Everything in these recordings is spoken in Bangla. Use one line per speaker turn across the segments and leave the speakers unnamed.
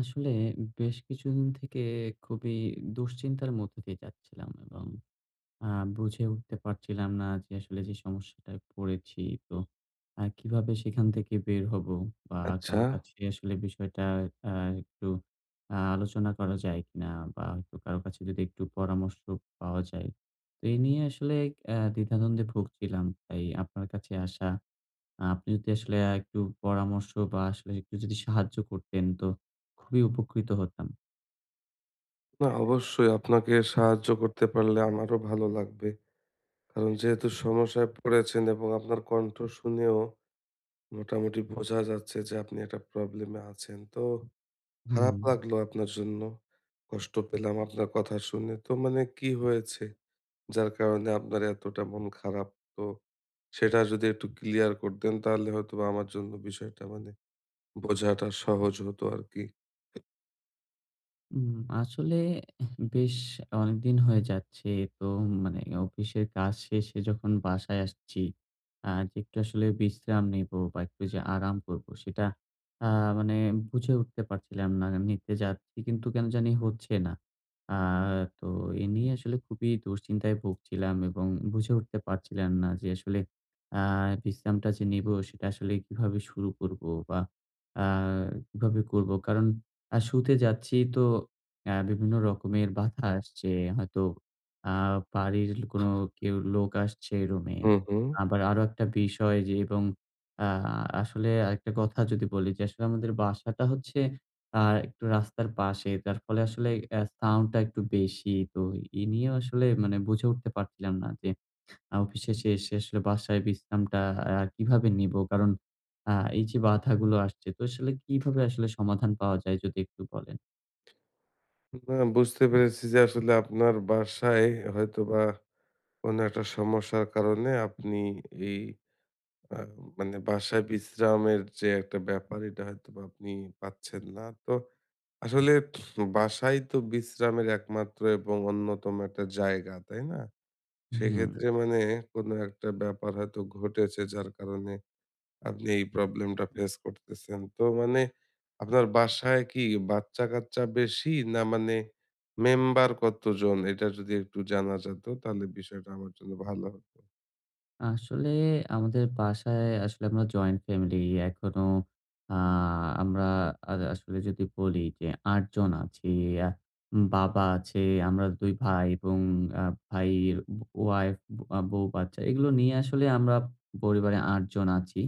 আসলে বেশ কিছুদিন থেকে খুবই দুশ্চিন্তার মধ্যে দিয়ে যাচ্ছিলাম, এবং বুঝে উঠতে পারছিলাম না যে আসলে যে সমস্যাটায় পড়েছি, তো কিভাবে সেখান থেকে বের হব বা
আচ্ছা।
কারো কাছে আসলে বিষয়টা একটু আলোচনা করা যায় কিনা, বা হয়তো কারো কাছে যদি একটু পরামর্শ পাওয়া যায়। তো এই নিয়ে আসলে দ্বিধাদ্বন্দ্বে ভুগছিলাম, তাই আপনার কাছে আসা। আপনি যদি আসলে একটু পরামর্শ বা আসলে একটু যদি সাহায্য করতেন, তো খুবই উপকৃত হতাম।
না, অবশ্যই আপনাকে সাহায্য করতে পারলে আমারও ভালো লাগবে। কারণ যেহেতু সমস্যায় পড়েছেন এবং আপনার কণ্ঠ শুনেও মোটামুটি বোঝা যাচ্ছে যে আপনি একটা প্রবলেমে আছেন। তো খারাপ
হুম।
লাগলো আপনার জন্য। কষ্ট পেলাম আপনার কথা শুনে। তো মানে কি হয়েছে? যার কারণে আপনার এতটা মন খারাপ। তো সেটা যদি একটু ক্লিয়ার করতেন তাহলে হয়তোবা আমার জন্য বিষয়টা মানে বোঝাটা সহজ হতো আরকি।
উম আসলে বেশ অনেকদিন হয়ে যাচ্ছে। তো মানে অফিসের কাজ শেষে যখন বাসায় আসছি, যে একটু আসলে বিশ্রাম নিবো বা একটু যে আরাম করবো, সেটা আ মানে বুঝে উঠতে পারছিলাম না। নিতে যাচ্ছি, কিন্তু কেন জানি হচ্ছে না। আ তো এ নিয়ে আসলে খুবই দুশ্চিন্তায় ভুগছিলাম, এবং বুঝে উঠতে পারছিলাম না যে আসলে আ বিশ্রামটা যে নিবো, সেটা আসলে কিভাবে শুরু করবো বা আ কিভাবে করবো? কারণ আর শুতে যাচ্ছি তো বিভিন্ন রকমের বাধা আসছে। হয়তো আ বাড়ির কোনো কেউ লোক আসছে রুমে।
হুম, হুম।
আবার আরো একটা বিষয় যে, এবং আ আসলে আরেকটা কথা যদি বলি, যে আসলে আমাদের বাসাটা হচ্ছে আ একটু রাস্তার পাশে। যার ফলে আসলে সাউন্ডটা একটু বেশি। তো এ নিয়েও আসলে মানে বুঝে উঠতে পারছিলাম না যে অফিস শেষে এসে আসলে বাসায় বিশ্রামটা কিভাবে নিবো? কারণ এই যে বাধাগুলো আসছে, তো আসলে কিভাবে আসলে সমাধান পাওয়া যায়, যদি একটু বলেন?
না, বুঝতে পেরেছি যে আসলে আপনার বাসায় হয়তোবা কোনো একটা সমস্যার কারণে আপনি এই আ মানে বাসায় বিশ্রামের যে একটা ব্যাপার এটা হয়তোবা আপনি পাচ্ছেন না। তো আসলে বাসাই তো বিশ্রামের একমাত্র এবং অন্যতম একটা জায়গা, তাই না?
হুম।
সেক্ষেত্রে মানে কোনো একটা ব্যাপার হয়তো ঘটেছে যার কারণে আপনি এই প্রবলেমটা ফেস করতেছেন। তো মানে আপনার বাসায় কি বাচ্চা-কাচ্চা বেশি? না মানে মেম্বার কতজন? এটা যদি একটু জানা যেত তাহলে বিষয়টা আমার জন্য ভালো হতো।
আসলে আমাদের বাসায় আসলে আমরা জয়েন্ট ফ্যামিলি। এখনো আ আমরা আসলে যদি বলি, যে ৮ জন আছি। আ বাবা আছে, আমরা ২ ভাই, এবং আ ভাইয়ের ওয়াইফ, বউ, বাচ্চা, এগুলো নিয়ে আসলে আমরা পরিবারে ৮ জন আছি।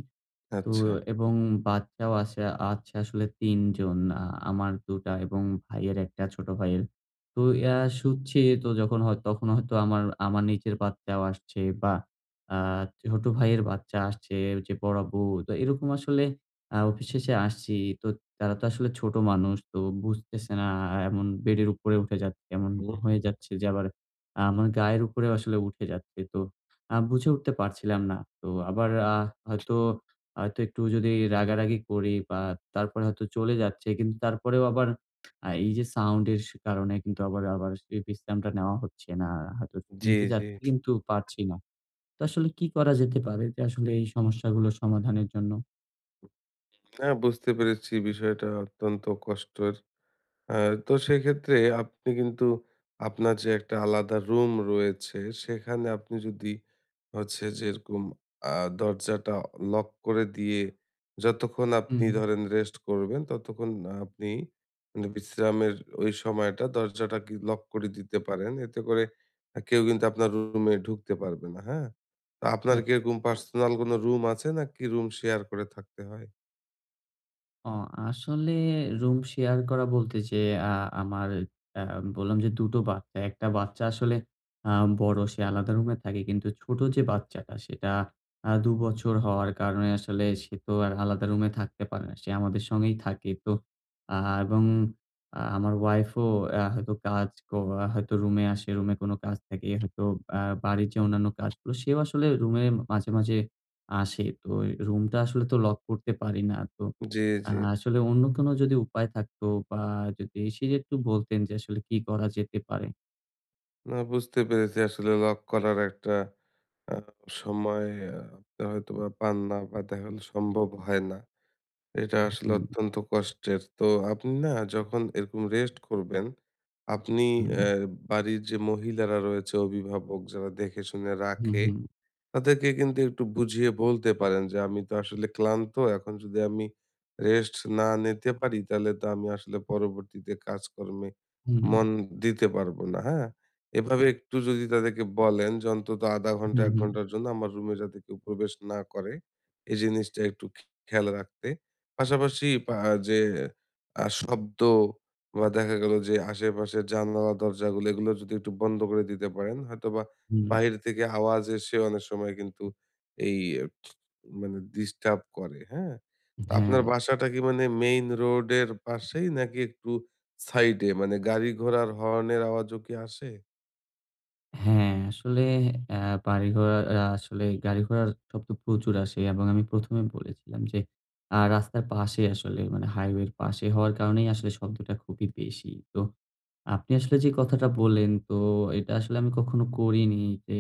তো
আচ্ছা।
এবং বাচ্চাও আছে আছে আসলে ৩ জন। আমার ২ টা, এবং ভাইয়ের ১ টা ছোট ভাইয়ের। তো ইয়া শুচ্ছি তো যখন হয়, তখন হয়তো আমার আমার নিজের বাচ্চাও আসছে, বা আ ছোট ভাইয়ের বাচ্চা আসছে, যে বড় বউ। তো এরকম আসলে অফিস শেষে আসছি। তো তারা তো আসলে ছোট মানুষ। তো বুঝতেছে না, এমন বেডের উপরে উঠে যাচ্ছে। এমন
হুম।
হয়ে যাচ্ছে যে আবার আমার গায়ের উপরেও আসলে উঠে যাচ্ছে। তো বুঝে উঠতে পারছিলাম না। তো আবার হয়তো হয়তো একটু যদি রাগারাগি করি, বা তারপরে হয়তো চলে যাচ্ছে। কিন্তু তারপরেও আবার এই যে সাউন্ড এর সে কারণে কিন্তু আবার সেই বিশ্রামটা নেওয়া হচ্ছে না। হয়তো
জি,
নিতে
জি।
চাচ্ছি, কিন্তু পারছি না। তো আসলে কি করা যেতে পারে, যে আসলে এই সমস্যাগুলো সমাধানের জন্য?
না, বুঝতে পেরেছি বিষয়টা অত্যন্ত কষ্টের। হ্যাঁ, তো সেক্ষেত্রে আপনি কিন্তু আপনার যে একটা আলাদা রুম রয়েছে সেখানে আপনি যদি হচ্ছে যে এরকম দরজাটা লক করে দিয়ে যতক্ষণ আপনি
হুম।
ধরেন রেস্ট করবেন ততক্ষণ আপনি মানে বিশ্রামের ওই সময়টা দরজাটা কি লক করে দিতে পারেন, এতে করে কেউ কিন্তু আপনার রুমে ঢুকতে পারবে না। হ্যাঁ, তো আপনার
হ্যাঁ।
কি এরকম পার্সোনাল কোনো রুম আছে নাকি রুম শেয়ার করে থাকতে হয়?
অ আসলে রুম শেয়ার করা বলতে যে আ আমার আ বললাম যে ২ টো বাচ্চা। একটা বাচ্চা আসলে আ বড়, সে আলাদা রুমে থাকে। কিন্তু ছোট যে বাচ্চাটা, সেটা ২ বছর হওয়ার কারণে আসলে সে তো আর আলাদা রুমে থাকতে পারে না। সে আমাদের সঙ্গেই থাকে। তো আ এবং আমার ওয়াইফও হয়তো কাজ ক হয়তো রুমে আসে। রুমে কোনো কাজ থাকে। হয়তো আ বাড়ির যে অন্যান্য কাজগুলো, সেও আসলে রুমে মাঝে মাঝে আসে। তো রুমটা আসলে তো লক করতে পারি না। তো
জি, জি।
আসলে অন্য কোনো যদি উপায় থাকতো, বা যদি সে একটু বলতেন যে আসলে কি করা যেতে পারে?
না, বুঝতে পেরেছি আসলে লক করার একটা আ সময় আপনি হয়তোবা পান না বা দেখা গেল সম্ভব হয় না। এটা
হুম,
আসলে
হুম,
অত্যন্ত কষ্টের। তো আপনি না যখন এরকম রেস্ট করবেন, আপনি
হুম,
অ্যা বাড়ির যে মহিলারা রয়েছে, অভিভাবক যারা দেখে শুনে রাখে
হুম,
তাদেরকে কিন্তু একটু বুঝিয়ে বলতে পারেন যে আমি তো আসলে ক্লান্ত, এখন যদি আমি রেস্ট না নিতে পারি তাহলে তো আমি আসলে পরবর্তীতে কাজকর্মে
হুম,
মন দিতে পারবো না। হ্যাঁ, এভাবে একটু যদি তাদেরকে বলেন যে অন্তত আধা ঘন্টা
হুম,
এক
হুম,
ঘন্টার জন্য আমার রুমে যাতে কেউ প্রবেশ না করে, এই জিনিসটা একটু খেয়াল রাখতে, পাশাপাশি শব্দ বা দেখা গেল যে আশেপাশের জানালা দরজাগুলো এগুলো যদি একটু বন্ধ করে দিতে পারেন, হয়তোবা
হুম।
বাহির থেকে আওয়াজ এসে অনেক সময় কিন্তু এই মানে ডিস্টার্ব করে, হ্যাঁ? তো আপনার
হ্যাঁ,
বাসাটা কি মানে মেইন রোডের পাশেই নাকি একটু সাইডে? মানে গাড়ি ঘোড়ার হর্নের আওয়াজও কি আসে?
হ্যাঁ, আসলে আ বাড়ি ঘোড়া আ আসলে গাড়ি ঘোড়ার শব্দ প্রচুর আসে, এবং আমি ১ম এ বলেছিলাম যে রাস্তার পাশে আসলে মানে হাইওয়ের পাশে হওয়ার কারণেই আসলে শব্দটা খুবই বেশি। তো আপনি আসলে যে কথাটা বললেন, তো এটা আসলে আমি কখনো করিনি, যে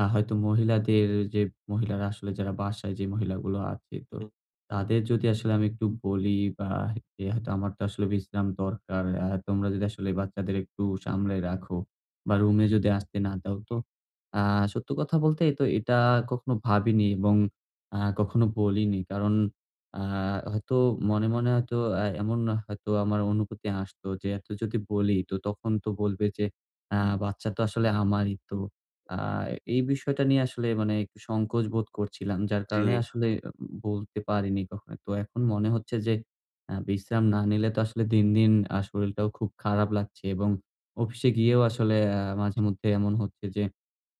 হয়তো মহিলাদের, যে মহিলারা আসলে যারা বাসায়, যে মহিলাগুলো আছে, তো
হুম,
তাদের যদি আসলে আমি একটু বলি, বা যে হয়তো আমার তো আসলে বিশ্রাম দরকার। তোমরা যদি আসলে বাচ্চাদের একটু সামলে রাখো, বা রুমে যদি আসতে না দাও। তো আ সত্য কথা বলতে তো এটা কখনো ভাবিনি, এবং কখনো বলিনি। কারণ আ হয়তো মনে মনে হয়তো এমন হয়তো আমার অনুভূতি আসতো যে এত যদি বলি, তো তখন তো বলবে যে আ বাচ্চা তো আসলে আমারই। তো
হুম।
আ এই বিষয়টা নিয়ে আসলে মানে একটু সংকোচ বোধ করছিলাম। যার
জি,
কারণে আসলে বলতে পারিনি কখনো। তো এখন মনে হচ্ছে যে বিশ্রাম না নিলে তো আসলে দিন দিন শরীরটাও খুব খারাপ লাগছে, এবং অফিসে গিয়েও আসলে মাঝেমধ্যে এমন হচ্ছে যে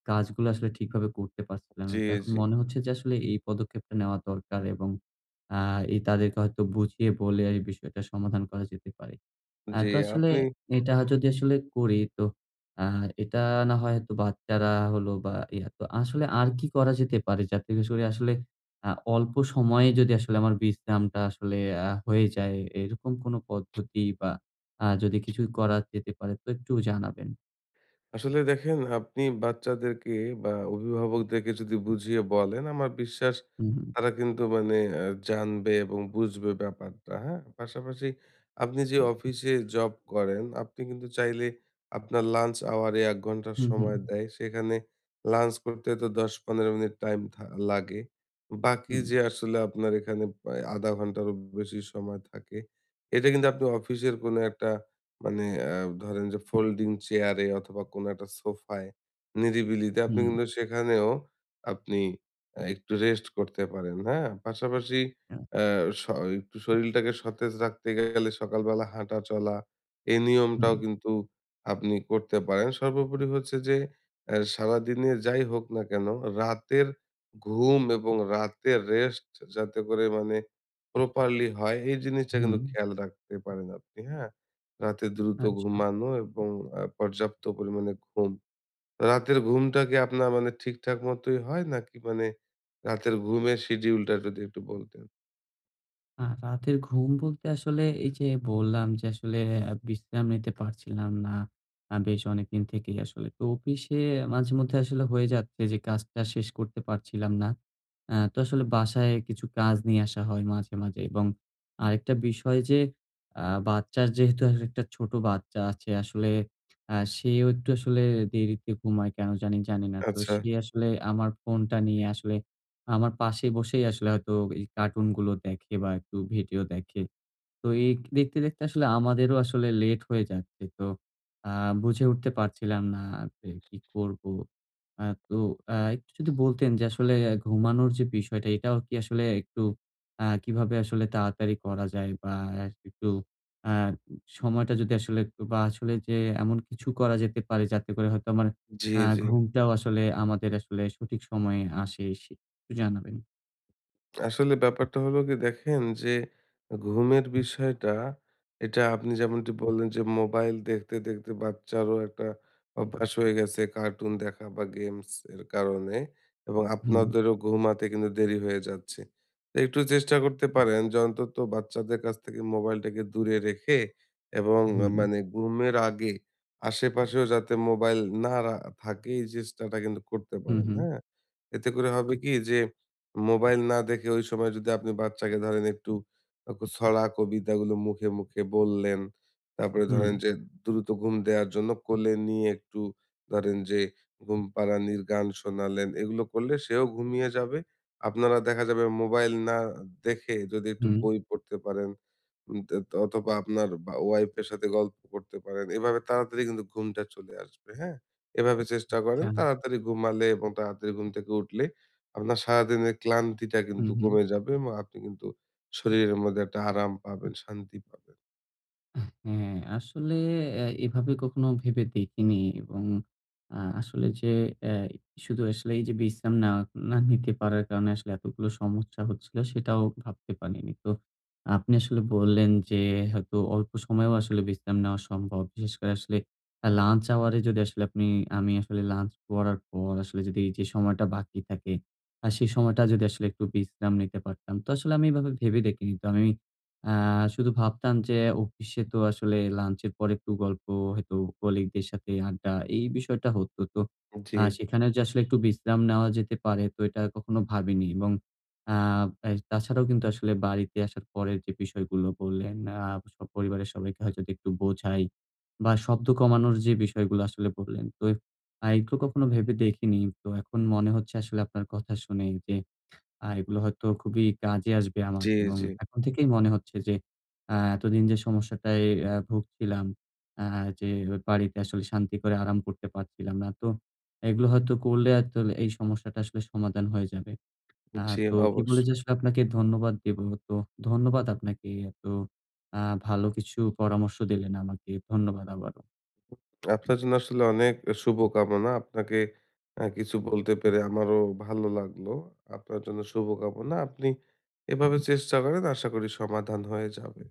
কাজগুলো আসলে ঠিকভাবে করতে পারছিলাম না।
জি,
তো এখন
জি,
মনে হচ্ছে যে আসলে এই পদক্ষেপটা নেওয়া দরকার, এবং আ এই তাদেরকে হয়তো বুঝিয়ে বলে এই বিষয়টা সমাধান করা যেতে পারে।
জি।
তো আসলে
আপনি
এটা যদি আসলে করি, তো আ এটা না হয় হয়তো বাচ্চারা হলো বা ইয়া, তো আসলে আর কি করা যেতে পারে? যাতে করে আসলে আ অল্প সময়ে যদি আসলে আমার বিশ্রামটা আসলে হয়ে যায়, এরকম কোনো পদ্ধতি বা যদি কিছু করা যেতে পারে, তো একটু জানাবেন।
আসলে দেখেন, আপনি বাচ্চাদেরকে বা অভিভাবকদেরকে যদি বুঝিয়ে বলেন, আমার বিশ্বাস
হুম, হুম,
তারা কিন্তু মানে জানবে এবং বুঝবে ব্যাপারটা। হ্যাঁ, পাশাপাশি আপনি যে অফিসে জব করেন, আপনি কিন্তু চাইলে আপনার লাঞ্চ আওয়ারে 1 ঘন্টার
হুম, হুম,
সময় দেয় সেখানে লাঞ্চ করতে তো 10-15 মিনিট টাইম লাগে, বাকি
হুম,
যে আসলে আপনার এখানে প্রায় আধা ঘন্টারও বেশি সময় থাকে, এটা কিন্তু আপনি অফিসের কোনো একটা মানে আ ধরেন যে ফোল্ডিং চেয়ারে অথবা কোনো একটা সোফায় নিরিবিলিতে আপনি
হুম।
কিন্তু সেখানেও আপনি একটু রেস্ট করতে পারেন, হ্যাঁ? পাশাপাশি
আ
আ স একটু শরীলটাকে সতেজ রাখতে গেলে সকালবেলা হাঁটা চলা এই
হুম,
নিয়মটাও কিন্তু আপনি করতে পারেন। সর্বোপরি হচ্ছে যে সারাদিনে যাই হোক না কেন, রাতের ঘুম এবং রাতের রেস্ট যাতে করে মানে প্রপারলি হয় এই জিনিসটা কিন্তু
হুম।
খেয়াল রাখতে পারেন আপনি, হ্যাঁ? রাতে দ্রুত
আচ্ছা।
ঘুমানো এবং পর্যাপ্ত পরিমাণে ঘুম। রাতের ঘুমটা কি আপনার মানে ঠিকঠাক মতোই হয় নাকি মানে রাতের ঘুমের শিডিউলটা যদি একটু বলতেন?
রাতের ঘুম বলতে আসলে এই যে বললাম যে আসলে বিশ্রাম নিতে পারছিলাম না। বেশ অনেকদিন থেকেই আসলে। তো অফিসে মাঝেমধ্যে আসলে হয়ে যাচ্ছে যে কাজটা শেষ করতে পারছিলাম না। তো আসলে বাসায় কিছু কাজ নিয়ে আসা হয় মাঝে মাঝে, এবং আরেকটা বিষয় যে আ বাচ্চার যেহেতু আসলে একটা ছোট বাচ্চা আছে আসলে সেও একটু আসলে দেরিতে ঘুমায়, কেন জানি জানি না। তো
আচ্ছা।
সে আসলে আমার ফোনটা নিয়ে আসলে আমার পাশে বসেই আসলে হয়তো এই কার্টুনগুলো দেখে, বা একটু ভিডিও দেখে। তো এই দেখতে দেখতে আসলে আমাদেরও আসলে লেট হয়ে যাচ্ছে। তো আ বুঝে উঠতে পারছিলাম না যে কি করব? তো একটু যদি বলতেন যে আসলে ঘুমানোর যে বিষয়টা, এটাও কি আসলে একটু কিভাবে আসলে তাড়াতাড়ি করা যায়, বা একটু আ সময়টা যদি আসলে বা আসলে যে এমন কিছু করা যেতে পারে যাতে করে হয়তো আমার
জি,
আ
জি।
ঘুমটাও আসলে আমাদের আসলে সঠিক সময়ে আসে, সে একটু জানাবেন?
আসলে ব্যাপারটা হলো কি, দেখেন যে ঘুমের বিষয়টা, এটা আপনি যেমনটি বললেন যে মোবাইল দেখতে দেখতে বাচ্চারও একটা অভ্যাস হয়ে গেছে কার্টুন দেখা বা গেমস এর কারণে, এবং
হুম,
আপনাদেরও ঘুমাতে কিন্তু দেরি হয়ে যাচ্ছে। তো একটু চেষ্টা করতে পারেন যে অন্তত বাচ্চাদের কাছ থেকে মোবাইলটাকে দূরে রেখে এবং
হুম,
মানে ঘুমের আগে আশেপাশেও যাতে মোবাইল থাকে, এই চেষ্টাটা কিন্তু করতে
হুম,
পারেন।
হুম,
হ্যাঁ, এতে করে হবে কি, যে মোবাইল না দেখে ওই সময় যদি আপনি বাচ্চাকে ধরেন একটু আ ক ছড়া কবিতাগুলো মুখে, মুখে বললেন। তারপরে
হুম,
ধরেন যে দ্রুত ঘুম দেওয়ার জন্য কোলে নিয়ে একটু ধরেন যে ঘুম পাড়ানির গান শোনালেন। এগুলো করলে সেও ঘুমিয়ে যাবে। আপনারা দেখা যাবে মোবাইল না দেখে যদি একটু
হুম,
বই পড়তে পারেন, তে অথবা আপনার বা ওয়াইফের সাথে গল্প করতে পারেন। এভাবে তাড়াতাড়ি কিন্তু ঘুমটা চলে আসবে। হ্যাঁ? এভাবে চেষ্টা করেন।
আচ্ছা,
তাড়াতাড়ি ঘুমালে এবং তাড়াতাড়ি ঘুম থেকে উঠলে আপনার সারাদিনের ক্লান্তিটা কিন্তু
হুম, হুম।
কমে যাবে, এবং আপনি কিন্তু শরীরের মধ্যে একটা আরাম পাবেন, শান্তি পাবেন।
হ্যাঁ, আসলে এভাবে কখনো ভেবে দেখিনি, এবং আসলে যে অ্যা শুধু আসলে এই যে না নিতে পারার কারণে আসলে এতগুলো সমস্যা হচ্ছিল, সেটাও ভাবতে পারিনি। তো আপনি আসলে বললেন যে হয়তো অল্প সময়েও আসলে বিশ্রাম নেওয়া সম্ভব। বিশেষ করে আসলে লাঞ্চ আওয়ারে যদি আসলে আপনি আমি আসলে লাঞ্চ করার পর আসলে যদি এই যে সময়টা বাকি থাকে, আর সেই সময়টা যদি আসলে একটু বিশ্রাম নিতে পারতাম। তো আসলে আমি এভাবে ভেবে দেখিনি। তো আমি আ শুধু ভাবতাম যে অফিসে তো আসলে লাঞ্চের পর একটু গল্প, হয়তো কলিগদের সাথে আড্ডা, এই বিষয়টা হতো। তো
জি,
সেখানেও যে আসলে একটু বিশ্রাম নেওয়া যেতে পারে, তো এটা কখনো ভাবিনি, এবং আ এ তাছাড়াও কিন্তু আসলে বাড়িতে আসার পরের যে বিষয়গুলো বললেন, সব পরিবারের সবাইকে হয়তো একটু বোঝাই, বা শব্দ কমানোর যে বিষয়গুলো আসলে বললেন। তো এগুলো কখনো ভেবে দেখিনি। তো এখন মনে হচ্ছে আসলে আপনার কথা শুনে যে এগুলো হয়তো খুবই কাজে আসবে আমার,
জি,
এবং
জি,
এখন থেকেই মনে হচ্ছে যে এতদিন যে সমস্যাটায় ভুগছিলাম, আ যে বাড়িতে আসলে শান্তি করে আরাম করতে পারছিলাম না। তো এগুলো হয়তো করলে আসলে এই সমস্যাটা আসলে সমাধান হয়ে যাবে। আ
জি,
তো কি বলে
অবশ্যই।
যে আসলে আপনাকে ধন্যবাদ দেবো। তো ধন্যবাদ আপনাকে, এত আ ভালো কিছু পরামর্শ দিলেন আমাকে। ধন্যবাদ আবারও।
আপনার জন্য আসলে অনেক শুভকামনা। আপনাকে কিছু বলতে পেরে আমারও ভালো লাগলো। আপনার জন্য শুভকামনা। আপনি এভাবে চেষ্টা করেন, আশা করি সমাধান হয়ে যাবে।